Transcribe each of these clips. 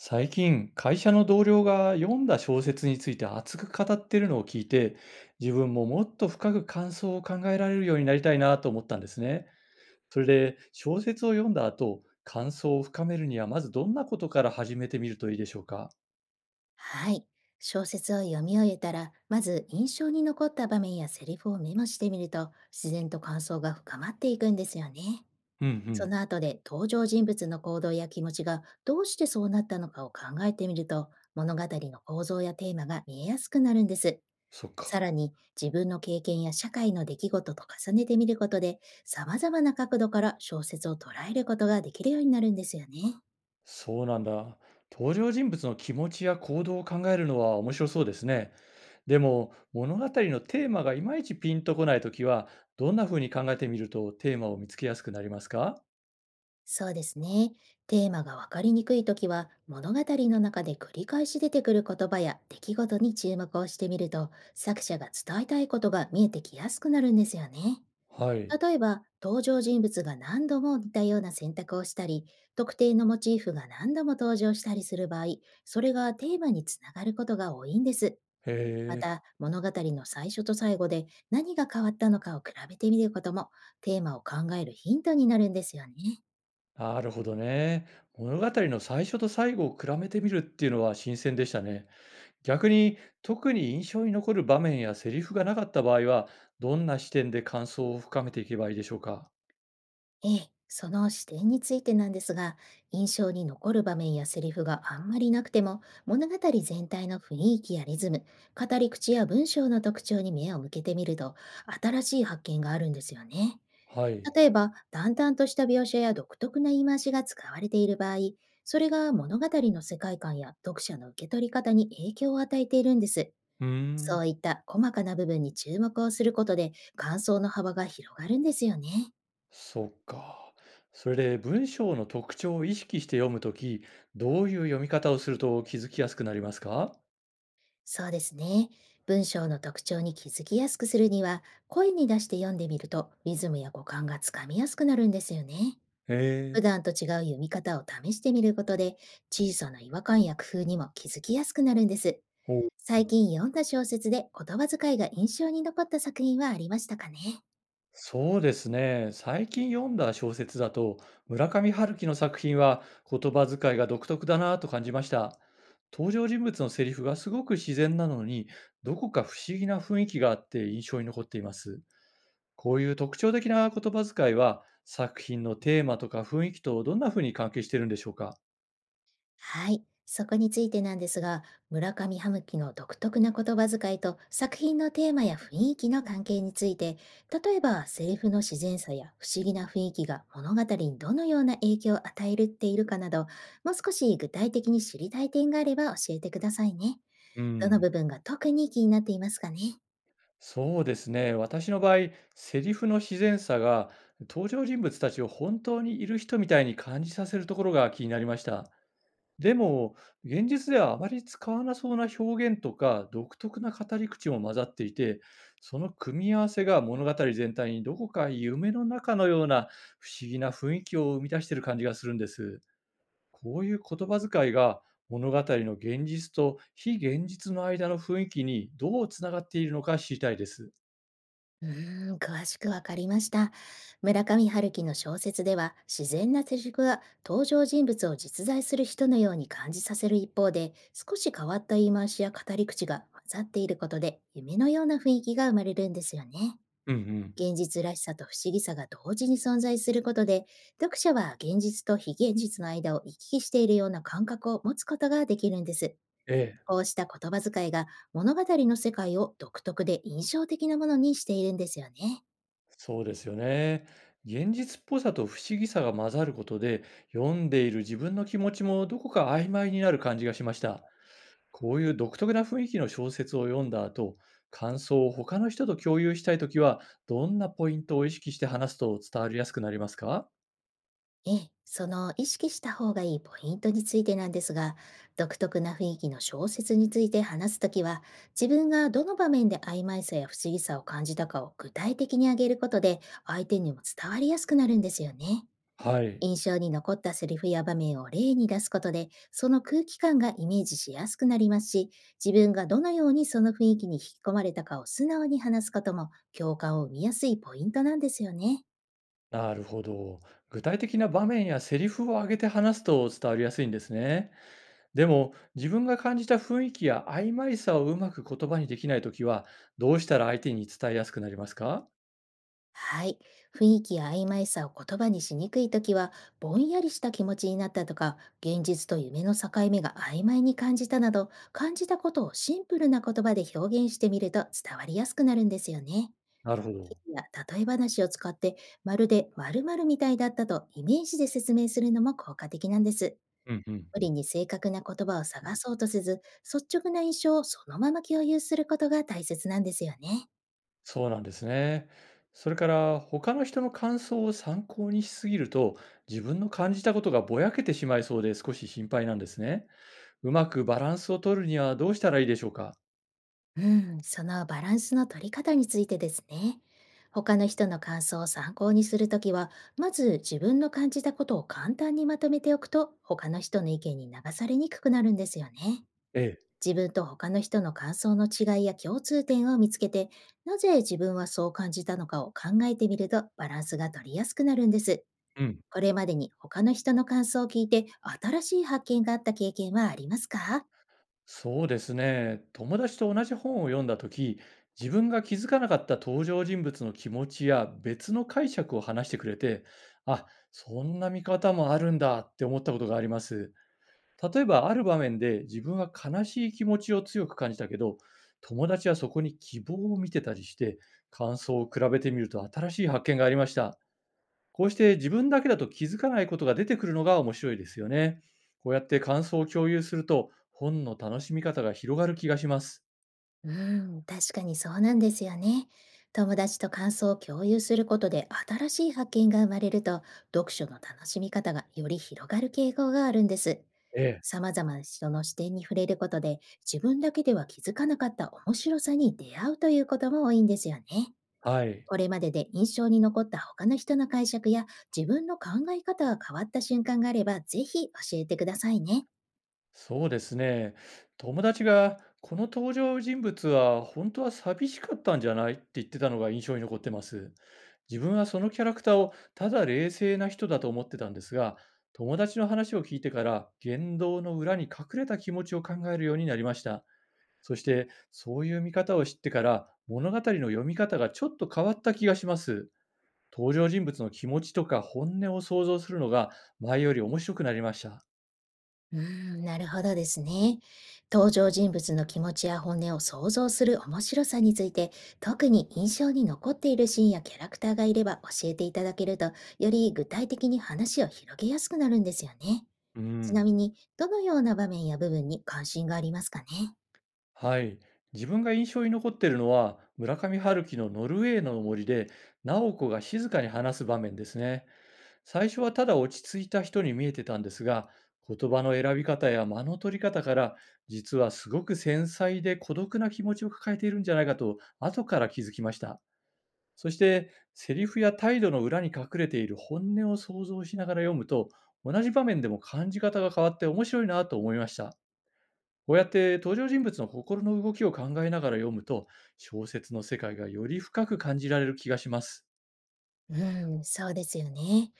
最近、会社の同僚が読んだ小説について熱く語ってるのを聞いて、自分ももっと深く感想を考えられるようになりたいなと思ったんですね。それで、小説を読んだ後、感想を深めるには、まずどんなことから始めてみるといいでしょうか？はい。小説を読み終えたら、まず印象に残った場面やセリフをメモしてみると、自然と感想が深まっていくんですよね。うんうそん。の後で登場人物の行動や気持ちがどうしてそうなったのかを考えてみると、物語の構造やテーマが見えやすくなるんです。そっさか。らに、自分の経験や社会の出来事と重ねてみることで、様々な角度から小説を捉えることができるようになるんですよね。そうなんだ。登場人物の気持ちや行動を考えるのは面白そうですね。でも、物語のテーマがいまいちピンとこないときは、どんな風に考えてみるとテーマを見つけやすくなりますか？そうですね。テーマがわかりにくいときは、物語の中で繰り返し出てくる言葉や出来事に注目をしてみると、作者が伝えたいことが見えてきやすくなるんですよね。はい。例えば、登場人物が何度も似たような選択をしたり、特定のモチーフが何度も登場したりする場合、それがテーマにつながることが多いんです。へまえ。た、物語の最初と最後で何が変わったのかを比べてみることも、テーマを考えるヒントになるんですよね。なるほどね。物語の最初と最後を比べてみるっていうのは新鮮でしたね。逆に特に印象に残る場面やセリフがなかった場合は、どんな視点で感想を深めていけばいいでしょうか？ええ、その視点についてなんですが、印象に残る場面やセリフがあんまりなくても、物語全体の雰囲気やリズム、語り口や文章の特徴に目を向けてみると、新しい発見があるんですよね。はい。例えば、淡々とした描写や独特な言い回しが使われている場合、それが物語の世界観や読者の受け取り方に影響を与えているんです。うーそうん。いった細かな部分に注目をすることで、感想の幅が広がるんですよね。そっか。それで文章の特徴を意識して読むとき、どういう読み方をすると気づきやすくなりますか？そうですね。文章の特徴に気づきやすくするには、声に出して読んでみると、リズムや語感がつかみやすくなるんですよね。へ普え。段と違う読み方を試してみることで、小さな違和感や工夫にも気づきやすくなるんです。お、最近読んだ小説で言葉遣いが印象に残った作品はありましたかね？そうですね。最近読んだ小説だと、村上春樹の作品は言葉遣いが独特だなと感じました。登場人物のセリフがすごく自然なのに、どこか不思議な雰囲気があって印象に残っています。こういう特徴的な言葉遣いは、作品のテーマとか雰囲気とどんな風に関係しているんでしょうか？はい。そこについてなんですが、村上春樹の独特な言葉遣いと作品のテーマや雰囲気の関係について、例えばセリフの自然さや不思議な雰囲気が物語にどのような影響を与えるっているかなど、もう少し具体的に知りたい点があれば教えてくださいね。うどのん。部分が特に気になっていますかね？そうですね。私の場合、セリフの自然さが登場人物たちを本当にいる人みたいに感じさせるところが気になりました。でも、現実ではあまり使わなそうな表現とか、独特な語り口も混ざっていて、その組み合わせが物語全体にどこか夢の中のような不思議な雰囲気を生み出している感じがするんです。こういう言葉遣いが物語の現実と非現実の間の雰囲気にどうつながっているのか知りたいです。うーん、詳しくわかりました。村上春樹の小説では、自然な手軸が登場人物を実在する人のように感じさせる一方で、少し変わった言い回しや語り口が混ざっていることで、夢のような雰囲気が生まれるんですよね。うんうん。現実らしさと不思議さが同時に存在することで、読者は現実と非現実の間を行き来しているような感覚を持つことができるんです。ええ。こうした言葉遣いが物語の世界を独特で印象的なものにしているんですよね。そうですよね。現実っぽさと不思議さが混ざることで、読んでいる自分の気持ちもどこか曖昧になる感じがしました。こういう独特な雰囲気の小説を読んだ後、感想を他の人と共有したいときは、どんなポイントを意識して話すと伝わりやすくなりますか？ええ、その意識した方がいいポイントについてなんですが、独特な雰囲気の小説について話すときは、自分がどの場面で曖昧さや不思議さを感じたかを具体的に挙げることで、相手にも伝わりやすくなるんですよね。はい。印象に残ったセリフや場面を例に出すことで、その空気感がイメージしやすくなりますし、自分がどのようにその雰囲気に引き込まれたかを素直に話すことも、共感を生みやすいポイントなんですよね。なるほど。具体的な場面やセリフを挙げて話すと伝わりやすいんですね。でも、自分が感じた雰囲気や曖昧さをうまく言葉にできないときは、どうしたら相手に伝えやすくなりますか？はい。雰囲気や曖昧さを言葉にしにくいときは、ぼんやりした気持ちになったとか、現実と夢の境目が曖昧に感じたなど、感じたことをシンプルな言葉で表現してみると伝わりやすくなるんですよね。なるほど。いや、例え話を使って、まるで〇〇みたいだったとイメージで説明するのも効果的なんです。うんうん。無理に正確な言葉を探そうとせず、率直な印象をそのまま共有することが大切なんですよね。そうなんですね。それから、他の人の感想を参考にしすぎると、自分の感じたことがぼやけてしまいそうで少し心配なんですね。うまくバランスを取るにはどうしたらいいでしょうか？うん、そのバランスの取り方についてですね。他の人の感想を参考にするときは、まず自分の感じたことを簡単にまとめておくと、他の人の意見に流されにくくなるんですよね。ええ。自分と他の人の感想の違いや共通点を見つけて、なぜ自分はそう感じたのかを考えてみると、バランスが取りやすくなるんです。うん、これまでに他の人の感想を聞いて、新しい発見があった経験はありますか？そうですね。友達と同じ本を読んだとき、自分が気づかなかった登場人物の気持ちや別の解釈を話してくれて、あ、そんな見方もあるんだって思ったことがあります。例えば、ある場面で自分は悲しい気持ちを強く感じたけど、友達はそこに希望を見てたりして、感想を比べてみると新しい発見がありました。こうして自分だけだと気づかないことが出てくるのが面白いですよね。こうやって感想を共有すると、本の楽しみ方が広がる気がします。うん、確かにそうなんですよね。友達と感想を共有することで新しい発見が生まれると、読書の楽しみ方がより広がる傾向があるんです。ええ。様々な人の視点に触れることで、自分だけでは気づかなかった面白さに出会うということも多いんですよね。はい、これまでで印象に残った他の人の解釈や自分の考え方が変わった瞬間があれば、ぜひ教えてくださいね。そうですね。友達が、この登場人物は本当は寂しかったんじゃないって言ってたのが印象に残ってます。自分はそのキャラクターをただ冷静な人だと思ってたんですが、友達の話を聞いてから言動の裏に隠れた気持ちを考えるようになりました。そして、そういう見方を知ってから、物語の読み方がちょっと変わった気がします。登場人物の気持ちとか本音を想像するのが前より面白くなりました。うーん、なるほどですね。登場人物の気持ちや本音を想像する面白さについて、特に印象に残っているシーンやキャラクターがいれば教えていただけると、より具体的に話を広げやすくなるんですよね。うちなん。みに、どのような場面や部分に関心がありますかね？はい。自分が印象に残っているのは、村上春樹のノルウェーの森で、直子が静かに話す場面ですね。最初はただ落ち着いた人に見えてたんですが、言葉の選び方や間の取り方から、実はすごく繊細で孤独な気持ちを抱えているんじゃないかと、後から気づきました。そして、セリフや態度の裏に隠れている本音を想像しながら読むと、同じ場面でも感じ方が変わって面白いなと思いました。こうやって登場人物の心の動きを考えながら読むと、小説の世界がより深く感じられる気がします。うん、そうですよね。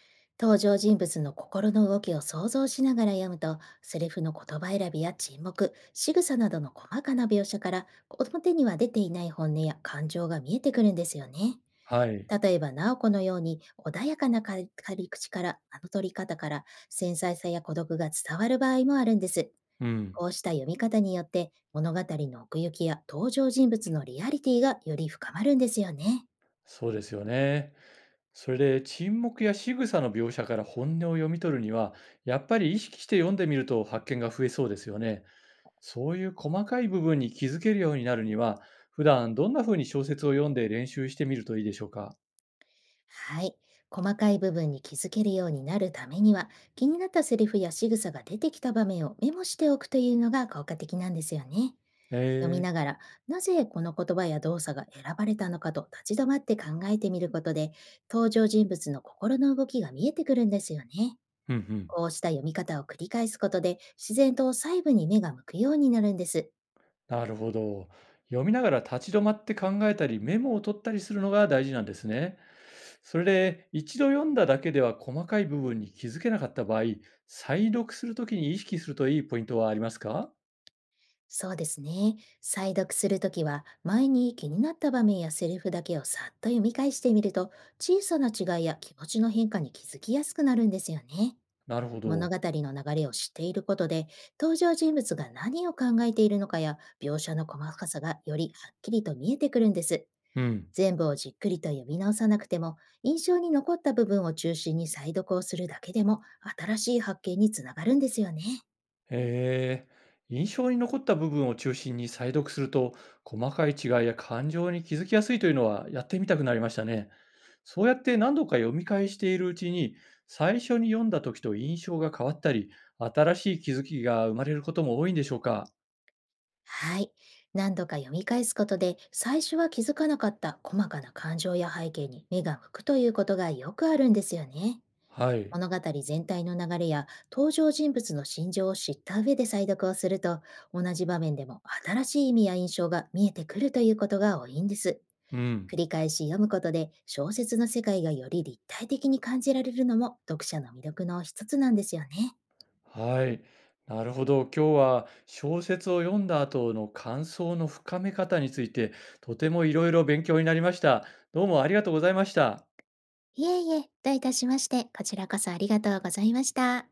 登場人物の心の動きを想像しながら読むと、セリフの言葉選びや沈黙、仕草などの細かな描写から、表には出ていない本音や感情が見えてくるんですよね。はい。例えば、直子のように穏やかなか語り口から、あの取り方から、繊細さや孤独が伝わる場合もあるんです。うん。こうした読み方によって、物語の奥行きや登場人物のリアリティがより深まるんですよね。そうですよね。それで、沈黙や仕草の描写から本音を読み取るには、やっぱり意識して読んでみると発見が増えそうですよね。そういう細かい部分に気づけるようになるには、普段どんな風に小説を読んで練習してみるといいでしょうか？はい。細かい部分に気づけるようになるためには、気になったセリフや仕草が出てきた場面をメモしておくというのが効果的なんですよね。へ読みえ、ながら、なぜこの言葉や動作が選ばれたのかと立ち止まって考えてみることで、登場人物の心の動きが見えてくるんですよね。ふんふん。こうした読み方を繰り返すことで、自然と細部に目が向くようになるんです。なるほど。読みながら立ち止まって考えたり、メモを取ったりするのが大事なんですね。それで、一度読んだだけでは細かい部分に気づけなかった場合、再読するときに意識するといいポイントはありますか？そうですね。再読するときは、前に気になった場面やセリフだけをさっと読み返してみると、小さな違いや気持ちの変化に気づきやすくなるんですよね。なるほど。物語の流れを知っていることで、登場人物が何を考えているのかや、描写の細かさがよりはっきりと見えてくるんです。うん。全部をじっくりと読み直さなくても、印象に残った部分を中心に再読をするだけでも、新しい発見につながるんですよね。へえ、印象に残った部分を中心に再読すると、細かい違いや感情に気づきやすいというのはやってみたくなりましたね。そうやって何度か読み返しているうちに、最初に読んだ時と印象が変わったり、新しい気づきが生まれることも多いんでしょうか。はい。何度か読み返すことで、最初は気づかなかった細かな感情や背景に目が向くということがよくあるんですよね。はい。物語全体の流れや登場人物の心情を知った上で再読をすると、同じ場面でも新しい意味や印象が見えてくるということが多いんです。う繰ん。り返し読むことで小説の世界がより立体的に感じられるのも読者の魅力の一つなんですよね。はい。なるほど。今日は小説を読んだ後の感想の深め方について、とてもいろいろ勉強になりました。どうもありがとうございました。いえいえ、どういたしまして、こちらこそありがとうございました。